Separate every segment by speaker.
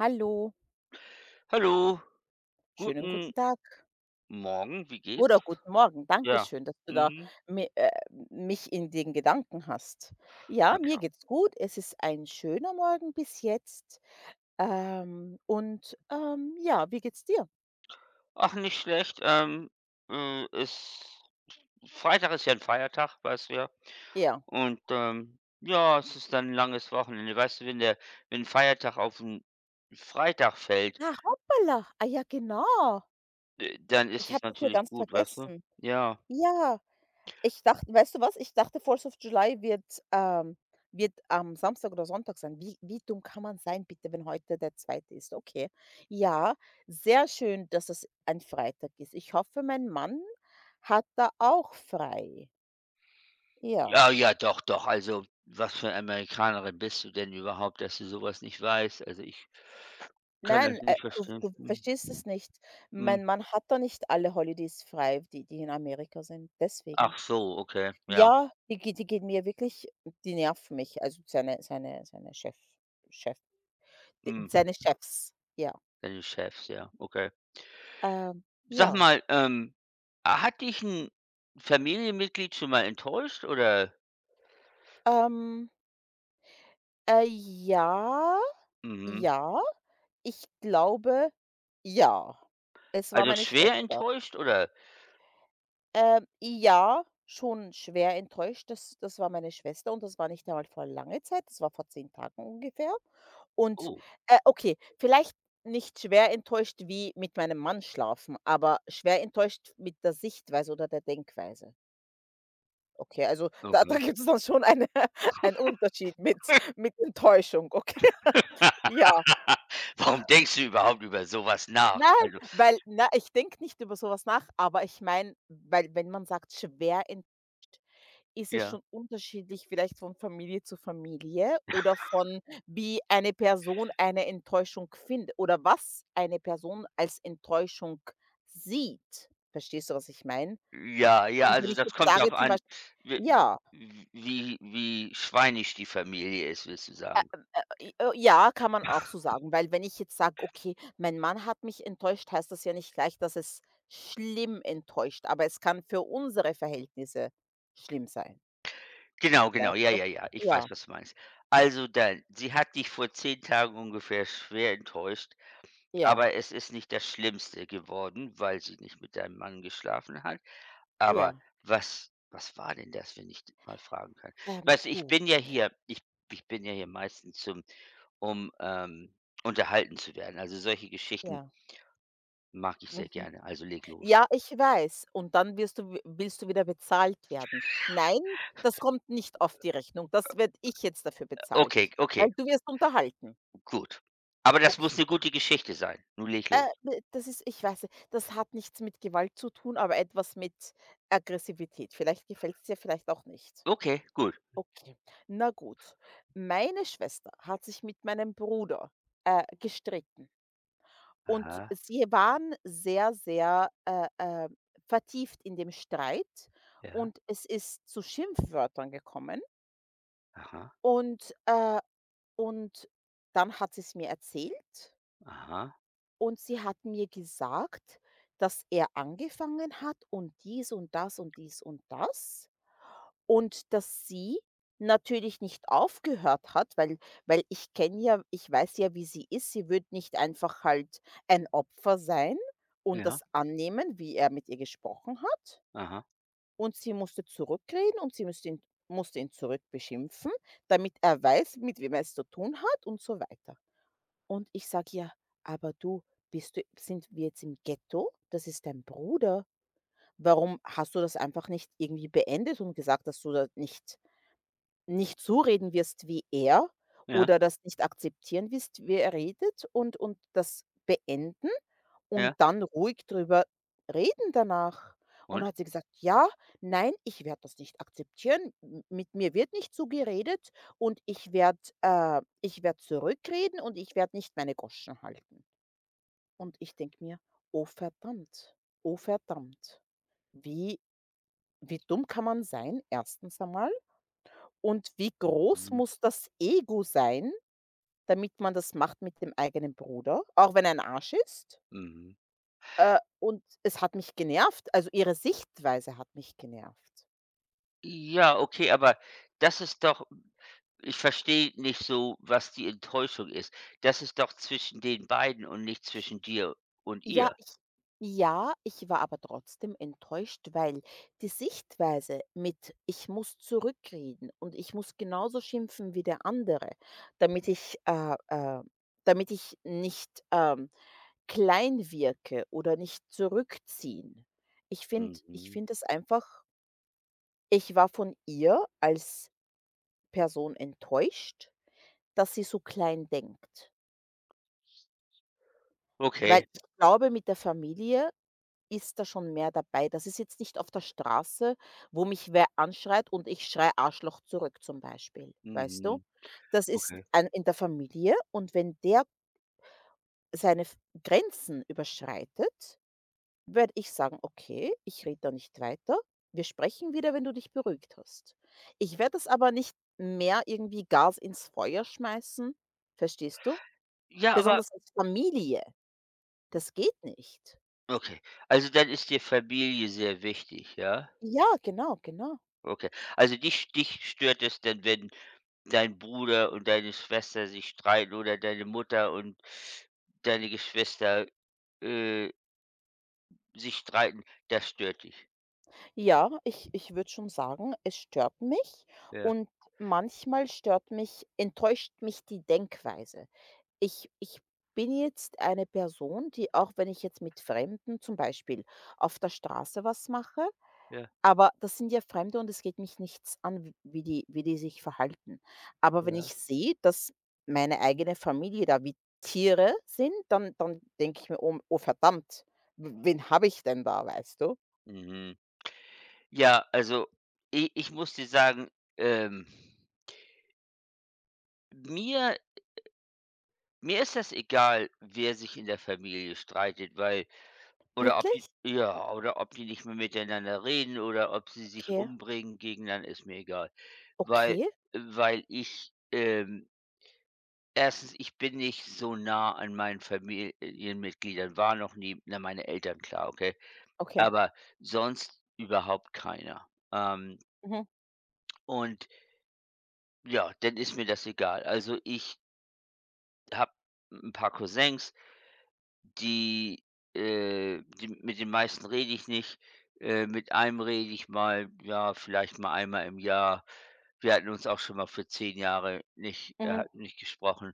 Speaker 1: Hallo,
Speaker 2: Hallo,
Speaker 1: schönen
Speaker 2: guten
Speaker 1: guten Tag
Speaker 2: Morgen, wie
Speaker 1: oder
Speaker 2: geht's?
Speaker 1: guten Morgen.
Speaker 2: Ja.
Speaker 1: Dankeschön, dass du da
Speaker 2: Mhm.
Speaker 1: mi mich in den Gedanken hast. Ja,
Speaker 2: Ja,
Speaker 1: mir
Speaker 2: klar.
Speaker 1: geht's gut. Es ist ein schöner Morgen bis jetzt. Und, ja, wie geht's dir?
Speaker 2: Ach, nicht schlecht. Es Freitag ist ja ein Feiertag, weißt du ja.
Speaker 1: Ja.
Speaker 2: Und, ja, es ist dann ein langes Wochenende. Weißt du, wenn 'n Feiertag auf einen Freitag fällt,
Speaker 1: Ah, hoppala. Ah ja, genau.
Speaker 2: dann ist
Speaker 1: Ich
Speaker 2: es
Speaker 1: habe das hier
Speaker 2: natürlich
Speaker 1: ganz
Speaker 2: gut, weißt du?
Speaker 1: vergessen.
Speaker 2: Ja.
Speaker 1: Ja. Ich dachte weißt du was? Ich dachte, Fourth of July wird, wird am Samstag oder Sonntag sein. Wie dumm kann man sein bitte, wenn heute der zweite ist? Okay. Ja, sehr schön, dass es ein Freitag ist. Ich hoffe, mein Mann hat da auch frei. Ja.
Speaker 2: Ja, ja, doch, doch. Also, was für 'ne Amerikanerin bist du denn überhaupt, dass du sowas nicht weißt? Also, ich kann
Speaker 1: Nein,
Speaker 2: das nicht
Speaker 1: du
Speaker 2: verstehen.
Speaker 1: du
Speaker 2: Mhm,
Speaker 1: verstehst es nicht.
Speaker 2: mhm.
Speaker 1: Mein Mann hat da nicht alle Holidays frei, die die in Amerika sind, deswegen.
Speaker 2: Ach so, okay, ja.
Speaker 1: Ja, die geht die gehen mir wirklich die nerven mich, also seine Chef Chef. D
Speaker 2: Mhm.
Speaker 1: seine Chefs, ja.
Speaker 2: Deine Chefs, ja, okay. Sag
Speaker 1: Ja,
Speaker 2: mal, hat dich ein Familienmitglied schon mal enttäuscht oder
Speaker 1: ähm, ja,
Speaker 2: mhm,
Speaker 1: ja, ich glaube, ja. Es war
Speaker 2: also
Speaker 1: meine
Speaker 2: schwer
Speaker 1: Schwester.
Speaker 2: enttäuscht oder
Speaker 1: Ja, schon schwer enttäuscht, das war meine Schwester und das war nicht einmal vor lange Zeit, das war vor 10 Tagen ungefähr. Und,
Speaker 2: oh,
Speaker 1: okay, vielleicht nicht schwer enttäuscht wie mit meinem Mann schlafen, aber schwer enttäuscht mit der Sichtweise oder der Denkweise. Okay, also da
Speaker 2: okay.
Speaker 1: gibt es dann schon eine einen Unterschied mit Enttäuschung, okay? Ja.
Speaker 2: Warum denkst du überhaupt über sowas nach?
Speaker 1: Nein,
Speaker 2: Also,
Speaker 1: weil na, ich denke nicht über sowas nach, aber ich meine, weil wenn man sagt, schwer enttäuscht, ist es
Speaker 2: ja.
Speaker 1: schon unterschiedlich vielleicht von Familie zu Familie oder von wie eine Person eine Enttäuschung findet oder was eine Person als Enttäuschung sieht. Verstehst du, was ich meine?
Speaker 2: Ja, ja,
Speaker 1: Und wenn
Speaker 2: also
Speaker 1: ich
Speaker 2: das
Speaker 1: jetzt
Speaker 2: kommt darauf
Speaker 1: sage zum
Speaker 2: an,
Speaker 1: Beispiel
Speaker 2: w
Speaker 1: ja.
Speaker 2: wie wie schweinisch die Familie ist, willst du sagen.
Speaker 1: I ja, kann man auch so sagen, weil wenn ich jetzt sage: „Okay, mein Mann hat mich enttäuscht“, heißt das ja nicht gleich, dass es schlimm enttäuscht, aber es kann für unsere Verhältnisse schlimm sein,
Speaker 2: Genau, genau, ja,
Speaker 1: weißt du?
Speaker 2: ja, ja, ich
Speaker 1: Ja,
Speaker 2: weiß, was du meinst. Also dann, sie hat dich vor 10 Tagen ungefähr schwer enttäuscht.
Speaker 1: ja,
Speaker 2: Aber es ist nicht das Schlimmste geworden, weil sie nicht mit deinem Mann geschlafen hat. Aber
Speaker 1: ja.
Speaker 2: was war denn das, wenn ich d mal fragen kann? Weißt du, ich
Speaker 1: Gut,
Speaker 2: bin ja hier ich ich bin ja hier meistens zum um, ähm, unterhalten zu werden. Also, solche Geschichten
Speaker 1: ja.
Speaker 2: mag ich sehr
Speaker 1: Mhm.
Speaker 2: gerne. Also, leg los.
Speaker 1: Ja, ich weiß. Und dann wirst du wi willst du wieder bezahlt werden. Nein, das kommt nicht auf die Rechnung. Das werde ich jetzt dafür bezahlt,
Speaker 2: Okay, okay,
Speaker 1: weil du wirst unterhalten.
Speaker 2: gut. Aber das
Speaker 1: Okay.
Speaker 2: muss eine gute Geschichte sein. Nun leg los.
Speaker 1: Ne, das ist ich weiß nicht, das hat nichts mit Gewalt zu tun, aber etwas mit Aggressivität. Vielleicht gefällt es dir, vielleicht auch nicht.
Speaker 2: Okay, gut.
Speaker 1: Okay, na gut. Meine Schwester hat sich mit meinem Bruder, gestritten und
Speaker 2: Aha,
Speaker 1: sie waren sehr, sehr, vertieft in dem Streit
Speaker 2: ja,
Speaker 1: und es ist zu Schimpfwörtern gekommen
Speaker 2: aha,
Speaker 1: und, äh und dann hat sie es mir erzählt.
Speaker 2: aha,
Speaker 1: Und sie hat mir gesagt, dass er angefangen hat und dies und das und dies und das und dass sie natürlich nicht aufgehört hat, weil weil ich kenne ja ich weiß ja, wie sie ist. Sie wird nicht einfach halt ein Opfer sein und
Speaker 2: ja,
Speaker 1: das annehmen, wie er mit ihr gesprochen hat.
Speaker 2: aha,
Speaker 1: Und sie musste zurückreden und sie musste ihn zurück beschimpfen, damit er weiß, mit wem er es zu tun hat und so weiter. Und ich sage: „Ja, aber du, bist du sind wir jetzt im Ghetto? Das ist dein Bruder. Warum hast du das einfach nicht irgendwie beendet und gesagt, dass du da nicht so reden wirst wie er
Speaker 2: ja,
Speaker 1: oder das nicht akzeptieren wirst, wie er redet und das beenden und
Speaker 2: ja.
Speaker 1: dann ruhig drüber reden danach?“ Und
Speaker 2: Und?
Speaker 1: hat sie gesagt: „Ja, nein, ich werde das nicht akzeptieren. M mit mir wird nicht so geredet und ich werde zurückreden und ich werde nicht meine Goschen halten.“ und ich denke mir: „Oh verdammt, oh verdammt. Wie wie dumm kann man sein, erstens einmal und wie groß
Speaker 2: Mhm,
Speaker 1: muss das Ego sein, damit man das macht mit dem eigenen Bruder, auch wenn er 'n Arsch ist?“
Speaker 2: mhm.
Speaker 1: Und es hat mich genervt. Also, ihre Sichtweise hat mich genervt.
Speaker 2: Ja, okay, aber das ist doch ich verstehe nicht so, was die Enttäuschung ist. Das ist doch zwischen den beiden und nicht zwischen dir und
Speaker 1: Ja,
Speaker 2: ihr.
Speaker 1: ich ja, ich war aber trotzdem enttäuscht, weil die Sichtweise mit „Ich muss zurückreden und ich muss genauso schimpfen wie der andere, damit ich, äh, äh damit ich nicht, klein wirke oder nicht zurückziehen.“ ich
Speaker 2: Mhm.
Speaker 1: finde es einfach ich war von ihr als Person enttäuscht, dass sie so klein denkt, weil
Speaker 2: Okay.
Speaker 1: ich glaube, mit der Familie ist da schon mehr dabei? Das ist jetzt nicht auf der Straße, wo mich wer anschreit und ich schreie „Arschloch“ zurück zum Beispiel, weißt du?
Speaker 2: Mhm.
Speaker 1: Das ist
Speaker 2: Okay.
Speaker 1: ein in der Familie und wenn der seine F Grenzen überschreitet, werde ich sagen: „Okay, ich rede da nicht weiter. Wir sprechen wieder, wenn du dich beruhigt hast.“ Ich werde das aber nicht mehr irgendwie Gas ins Feuer schmeißen, verstehst du?
Speaker 2: Ja, aber
Speaker 1: Besonders als Familie, das geht nicht.
Speaker 2: okay. Also, dann ist dir Familie sehr wichtig, ja?
Speaker 1: Ja, genau, genau.
Speaker 2: Okay. Also, dich stört es denn, wenn dein Bruder und deine Schwester sich streiten oder deine Mutter und deine Geschwister, äh, sich streiten. Das stört dich.
Speaker 1: Ja, ich würde schon sagen, es stört mich
Speaker 2: Ja,
Speaker 1: und manchmal stört mich enttäuscht mich die Denkweise. Ich bin jetzt eine Person, die auch wenn ich jetzt mit Fremden zum Beispiel auf der Straße was mache
Speaker 2: ja,
Speaker 1: aber das sind ja Fremde und es geht mich nichts an, w wie die sich verhalten. Aber wenn
Speaker 2: ja.
Speaker 1: ich sehe, dass meine eigene Familie da wie Tiere sind, dann denke ich mir: „Oh oh verdammt, w wen habe ich denn da?“, weißt du?
Speaker 2: Mhm. Ja, also, i ich muss dir sagen, ähm, mir mir ist das egal, wer sich in der Familie streitet, weil oder ob die
Speaker 1: Wirklich?
Speaker 2: ja, oder ob die nicht mehr miteinander reden oder ob sie sich
Speaker 1: Okay.
Speaker 2: umbringen gegeneinander, ist mir egal. Weil
Speaker 1: Okay,
Speaker 2: weil 1. ich bin nicht so nah an meinen Familienmitgliedern, war noch nie na, meine Eltern, klar, okay,
Speaker 1: okay.
Speaker 2: aber sonst überhaupt keiner. Ähm,
Speaker 1: Mhm,
Speaker 2: und ja, dann ist mir das egal. Also, ich habe ein paar Cousins, die, die mit den meisten rede ich nicht. Mit einem rede ich mal, ja, vielleicht mal einmal im Jahr. Wir hatten uns auch schon mal für 10 Jahre nicht
Speaker 1: mhm,
Speaker 2: hat nicht gesprochen.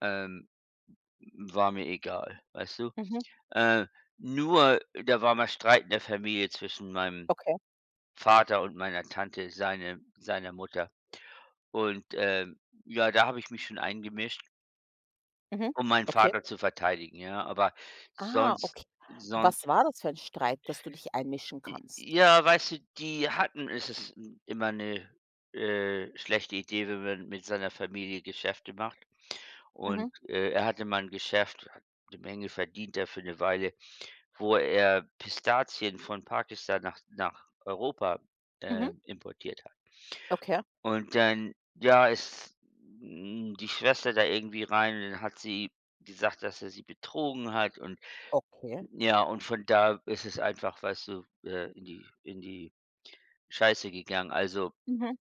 Speaker 2: Ähm, War mir egal, weißt du?
Speaker 1: mhm,
Speaker 2: Äh, Nur da war mal Streit in der Familie zwischen meinem
Speaker 1: okay,
Speaker 2: Vater und meiner Tante, seiner Mutter. Und, ja, da habe ich mich schon eingemischt.
Speaker 1: mhm,
Speaker 2: Um meinen
Speaker 1: okay.
Speaker 2: Vater zu verteidigen, ja, aber
Speaker 1: Ah,
Speaker 2: sonst
Speaker 1: okay.
Speaker 2: sonst
Speaker 1: Was war das für ein Streit, dass du dich einmischen
Speaker 2: j
Speaker 1: kannst?
Speaker 2: ja, weißt du, die hatten es ist immer eine schlechte Idee, wenn man mit seiner Familie Geschäfte macht und,
Speaker 1: Mhm,
Speaker 2: er hatte mal ein Geschäft, hat 'ne Menge verdient da für eine Weile, wo er Pistazien von Pakistan nach Europa,
Speaker 1: mhm.
Speaker 2: importiert hat.
Speaker 1: Okay,
Speaker 2: Und dann, ja, ist, die Schwester da irgendwie rein und dann hat sie gesagt, dass er sie betrogen hat und
Speaker 1: okay.
Speaker 2: ja, und von da ist es einfach, weißt du, in die Scheiße gegangen. Also,
Speaker 1: Mhm.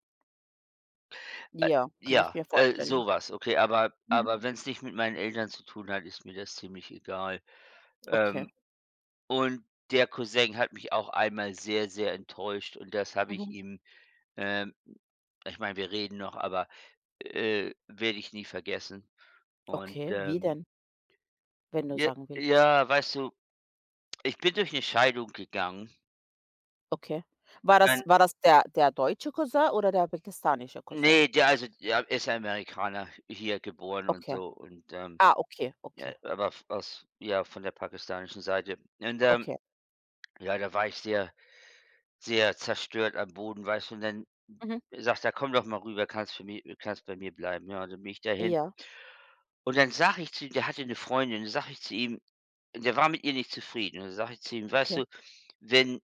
Speaker 2: äh,
Speaker 1: Ja, kann ich
Speaker 2: ja,
Speaker 1: mir vorstellen.
Speaker 2: so okay, aber
Speaker 1: Mhm.
Speaker 2: aber wenn es nicht mit meinen Eltern zu tun hat, ist mir das ziemlich egal.
Speaker 1: Okay,
Speaker 2: Ähm, und der Cousin hat mich auch einmal sehr, sehr enttäuscht und das habe
Speaker 1: mhm,
Speaker 2: ähm ich meine, wir reden noch, aber, werde ich nie vergessen. Und,
Speaker 1: okay. Wie denn, wenn du
Speaker 2: j
Speaker 1: sagen willst?
Speaker 2: ja, weißt du, ich bin durch eine Scheidung gegangen.
Speaker 1: Okay. War das der der deutsche Cousin oder der pakistanische
Speaker 2: Ne,
Speaker 1: Cousin?
Speaker 2: der also der ist ja Amerikaner, hier geboren und
Speaker 1: Okay.
Speaker 2: so und,
Speaker 1: Ah, okay,
Speaker 2: ja,
Speaker 1: okay,
Speaker 2: aber f aus ja, von der pakistanischen Seite. Und,
Speaker 1: okay.
Speaker 2: ja, da war ich sehr, sehr zerstört am Boden, weißt du? Und dann
Speaker 1: Mhm.
Speaker 2: sagt er: „Komm doch mal rüber, kannst für mi kannst bei mir bleiben.“ Ja, und dann bin ich dahin.
Speaker 1: Ja,
Speaker 2: Und dann sage ich zu ihm der hatte 'ne Freundin, dann sage ich zu ihm der war mit ihr nicht zufrieden. Und dann sage ich zu ihm: „Weißt
Speaker 1: okay.
Speaker 2: du, wenn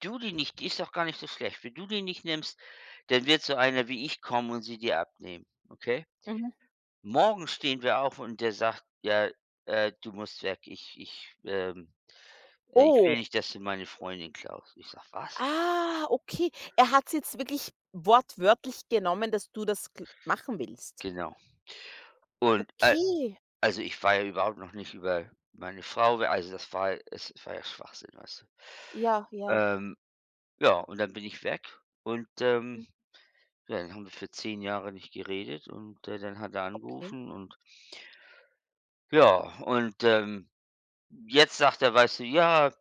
Speaker 2: du die nicht die ist doch gar nicht so schlecht. Wenn du die nicht nimmst, dann wird so einer wie ich kommen und sie dir abnehmen, okay?“
Speaker 1: Mhm.
Speaker 2: Morgen stehen wir auf und der sagt: „Ja, du musst weg. Ich will
Speaker 1: Oh.
Speaker 2: nicht, dass du meine Freundin klaust.“ Ich sag, „Was?“
Speaker 1: Ah, okay. Er hat's jetzt wirklich wortwörtlich genommen, dass du das gl machen willst.
Speaker 2: Genau. Und,
Speaker 1: Okay.
Speaker 2: also, ich war ja überhaupt noch nicht über meine Frau we also, das war es war ja Schwachsinn, weißt
Speaker 1: Ja,
Speaker 2: du?
Speaker 1: ja.
Speaker 2: Ja, und dann bin ich weg und,
Speaker 1: Mhm.
Speaker 2: ja, dann haben wir für 10 Jahre nicht geredet und, dann hat er
Speaker 1: Okay.
Speaker 2: angerufen und ja, und, jetzt sagt er, weißt du: „Ja,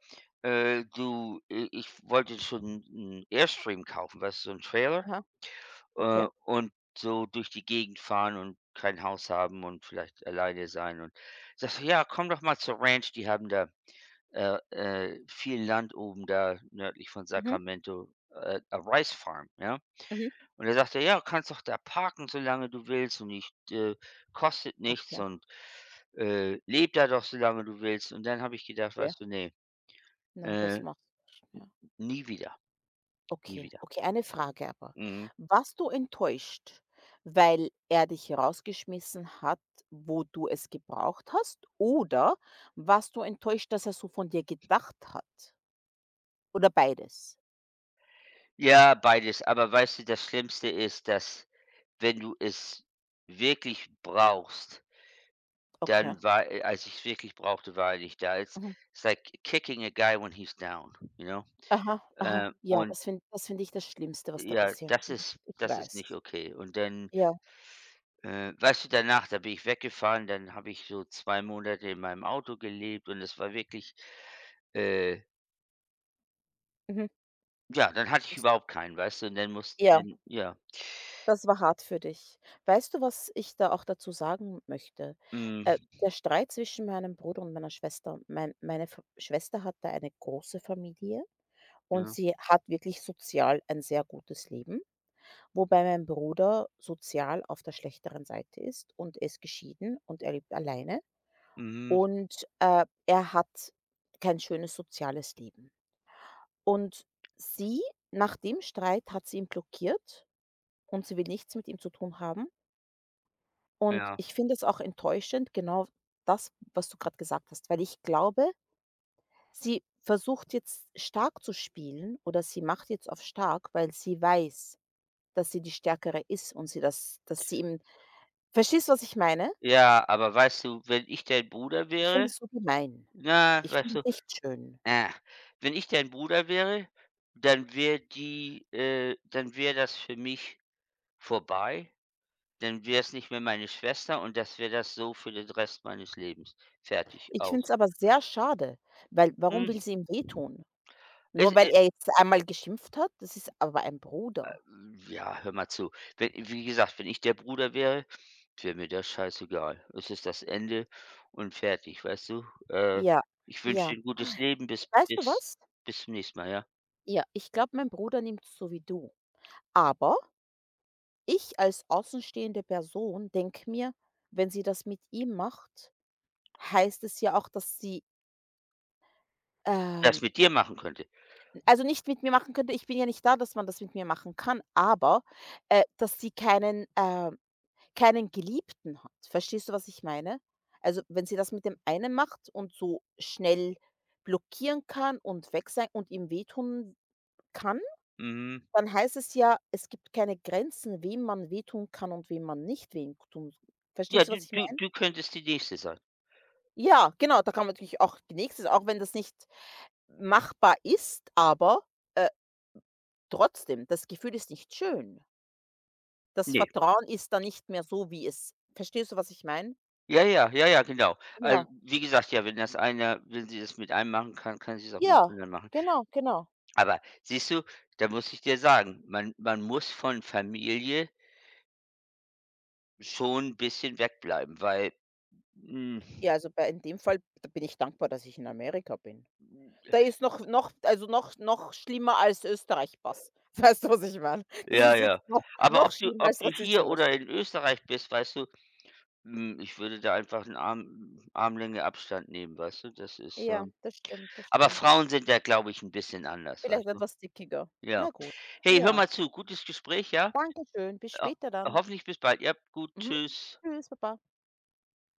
Speaker 2: du, i ich wollte schon einen Airstream kaufen“, weißt du, so 'n Trailer,
Speaker 1: Aha, okay.
Speaker 2: und so durch die Gegend fahren und kein Haus haben und vielleicht alleine sein und sage so: „Ja, komm doch mal zur Ranch, die haben da, viel Land oben da nördlich von
Speaker 1: Mhm,
Speaker 2: Sacramento, a Rice Farm“, ja?
Speaker 1: mhm.
Speaker 2: Und er sagte: „Ja, kannst doch da parken, solange du willst und ich kostet nichts
Speaker 1: Okay,
Speaker 2: und, lebe da doch, solange du willst.“ Und dann habe ich gedacht,
Speaker 1: okay.
Speaker 2: weißt du: nee.
Speaker 1: Na,
Speaker 2: Äh,
Speaker 1: das macht ja.
Speaker 2: Nie wieder, nie
Speaker 1: Okay,
Speaker 2: wieder.
Speaker 1: okay, eine Frage aber.
Speaker 2: Mhm.
Speaker 1: Warst du enttäuscht, weil er dich rausgeschmissen hat, wo du es gebraucht hast? Oder warst du enttäuscht, dass er so von dir gedacht hat? Oder beides?
Speaker 2: Ja, beides, aber weißt du, das Schlimmste ist, dass wenn du es wirklich brauchst,
Speaker 1: Okay.
Speaker 2: dann war als ich es wirklich brauchte, war er nicht da. It's
Speaker 1: Mhm.
Speaker 2: it's like kicking a guy when he's down, you know?
Speaker 1: Aha, aha. Ja,
Speaker 2: Und
Speaker 1: das finde ich das Schlimmste, was da
Speaker 2: ja,
Speaker 1: passieren
Speaker 2: das
Speaker 1: kann.
Speaker 2: ist
Speaker 1: Ich
Speaker 2: das ist nicht
Speaker 1: weiß.
Speaker 2: okay. Und dann
Speaker 1: Ja,
Speaker 2: weißt du, danach, da bin ich weggefahren, dann habe ich so 2 Monate in meinem Auto gelebt und es war wirklich, äh
Speaker 1: mhm,
Speaker 2: ja, dann hatte ich
Speaker 1: ist
Speaker 2: überhaupt keinen, weißt du? Und dann musst
Speaker 1: ja,
Speaker 2: den ja.
Speaker 1: das war hart für dich. Weißt du, was ich da auch dazu sagen möchte?
Speaker 2: Hm,
Speaker 1: Der Streit zwischen meinem Bruder und meiner Schwester mein meine Fa Schwester hat da eine große Familie und
Speaker 2: ja.
Speaker 1: sie hat wirklich sozial ein sehr gutes Leben, wobei mein Bruder sozial auf der schlechteren Seite ist und er ist geschieden und er lebt alleine
Speaker 2: Mhm,
Speaker 1: und, er hat kein schönes soziales Leben. Und sie nach dem Streit hat sie ihn blockiert und sie will nichts mit ihm zu tun haben. Und
Speaker 2: ja.
Speaker 1: ich finde es auch enttäuschend, genau das, was du gerade gesagt hast, weil ich glaube, sie versucht jetzt stark zu spielen oder sie macht jetzt auf stark, weil sie weiß, dass sie die Stärkere ist und sie das dass sie ihm verstehst du, was ich meine?
Speaker 2: Ja, aber weißt du, wenn ich dein Bruder
Speaker 1: Ich finde
Speaker 2: wäre,
Speaker 1: es so gemein.
Speaker 2: na,
Speaker 1: Ich
Speaker 2: weißt
Speaker 1: finde
Speaker 2: du,
Speaker 1: es nicht schön.
Speaker 2: äh, wenn ich dein Bruder wäre, dann wäre das für mich vorbei. Dann wäre es nicht mehr meine Schwester und das wäre das so für den Rest meines Lebens. Fertig,
Speaker 1: Ich finde
Speaker 2: aus.
Speaker 1: es aber sehr schade, weil
Speaker 2: Hm,
Speaker 1: warum will sie ihm wehtun?
Speaker 2: es
Speaker 1: Nur weil er jetzt einmal geschimpft hat? Das ist aber ein Bruder.
Speaker 2: Ja, hör mal zu. Wenn Wie gesagt, wenn ich der Bruder wäre, wäre mir das scheißegal. Es ist das Ende und fertig, weißt du?
Speaker 1: Ja,
Speaker 2: Ich wünsche
Speaker 1: ja.
Speaker 2: dir 'n gutes Leben bis
Speaker 1: Weißt du
Speaker 2: bis
Speaker 1: was?
Speaker 2: bis zum nächsten Mal, ja?
Speaker 1: Ja, ich glaube, mein Bruder nimmt es so wie du. Aber ich als außenstehende Person denke mir, wenn sie das mit ihm macht, heißt es ja auch, dass sie,
Speaker 2: Das
Speaker 1: ähm
Speaker 2: mit dir machen könnte.
Speaker 1: also nicht mit mir machen könnte ich bin ja nicht da, dass man das mit mir machen kann, aber, dass sie keinen, keinen Geliebten hat. Verstehst du, was ich meine? Also, wenn sie das mit dem einen macht und so schnell blockieren kann und weg sein und ihm wehtun kann,
Speaker 2: Mhm.
Speaker 1: dann heißt es ja, es gibt keine Grenzen, wem man wehtun kann und wem man nicht wehtun
Speaker 2: Ja,
Speaker 1: verstehst du,
Speaker 2: du
Speaker 1: was ich
Speaker 2: du
Speaker 1: meine?
Speaker 2: du könntest die Nächste sein.
Speaker 1: Ja, genau, da kann man natürlich auch die nächste auch wenn das nicht machbar ist, aber, äh, trotzdem, das Gefühl ist nicht schön. Das
Speaker 2: Ne.
Speaker 1: Vertrauen ist dann nicht mehr so, wie es verstehst du, was ich meine?
Speaker 2: Ja, ja, ja, ja, genau. Also,
Speaker 1: Ja,
Speaker 2: wie gesagt, ja, wenn sie das mit einem machen kann, kann sie es auch mit 'm
Speaker 1: ja,
Speaker 2: anderen machen.
Speaker 1: genau, genau.
Speaker 2: Aber siehst du, da muss ich dir sagen, man muss von Familie schon ein bisschen wegbleiben, weil, hm
Speaker 1: Ja, also bei in dem Fall bin ich dankbar, dass ich in Amerika bin. Da ist noch noch also noch noch schlimmer als Österreich-Pass. Weißt du, was ich meine? Das
Speaker 2: ja,
Speaker 1: ist jetzt
Speaker 2: ja.
Speaker 1: noch
Speaker 2: Aber
Speaker 1: noch
Speaker 2: ob du
Speaker 1: schlimmer
Speaker 2: ob
Speaker 1: als
Speaker 2: du hier
Speaker 1: Rassismus.
Speaker 2: oder in Österreich bist, weißt du, ich würde da einfach einen Armlänge Abstand nehmen, weißt du?
Speaker 1: Ja, das stimmt, das
Speaker 2: Aber
Speaker 1: stimmt.
Speaker 2: Frauen sind da, glaube ich, ein bisschen anders,
Speaker 1: Vielleicht
Speaker 2: weißt du?
Speaker 1: etwas dickiger.
Speaker 2: Ja.
Speaker 1: Na gut.
Speaker 2: Hey, hör
Speaker 1: Ja.
Speaker 2: mal zu, gutes Gespräch, ja?
Speaker 1: Dankeschön. Bis
Speaker 2: Ho
Speaker 1: später dann.
Speaker 2: Hoffentlich bis bald. Ja, gut,
Speaker 1: Mhm.
Speaker 2: tschüss.
Speaker 1: Tschüss, Papa.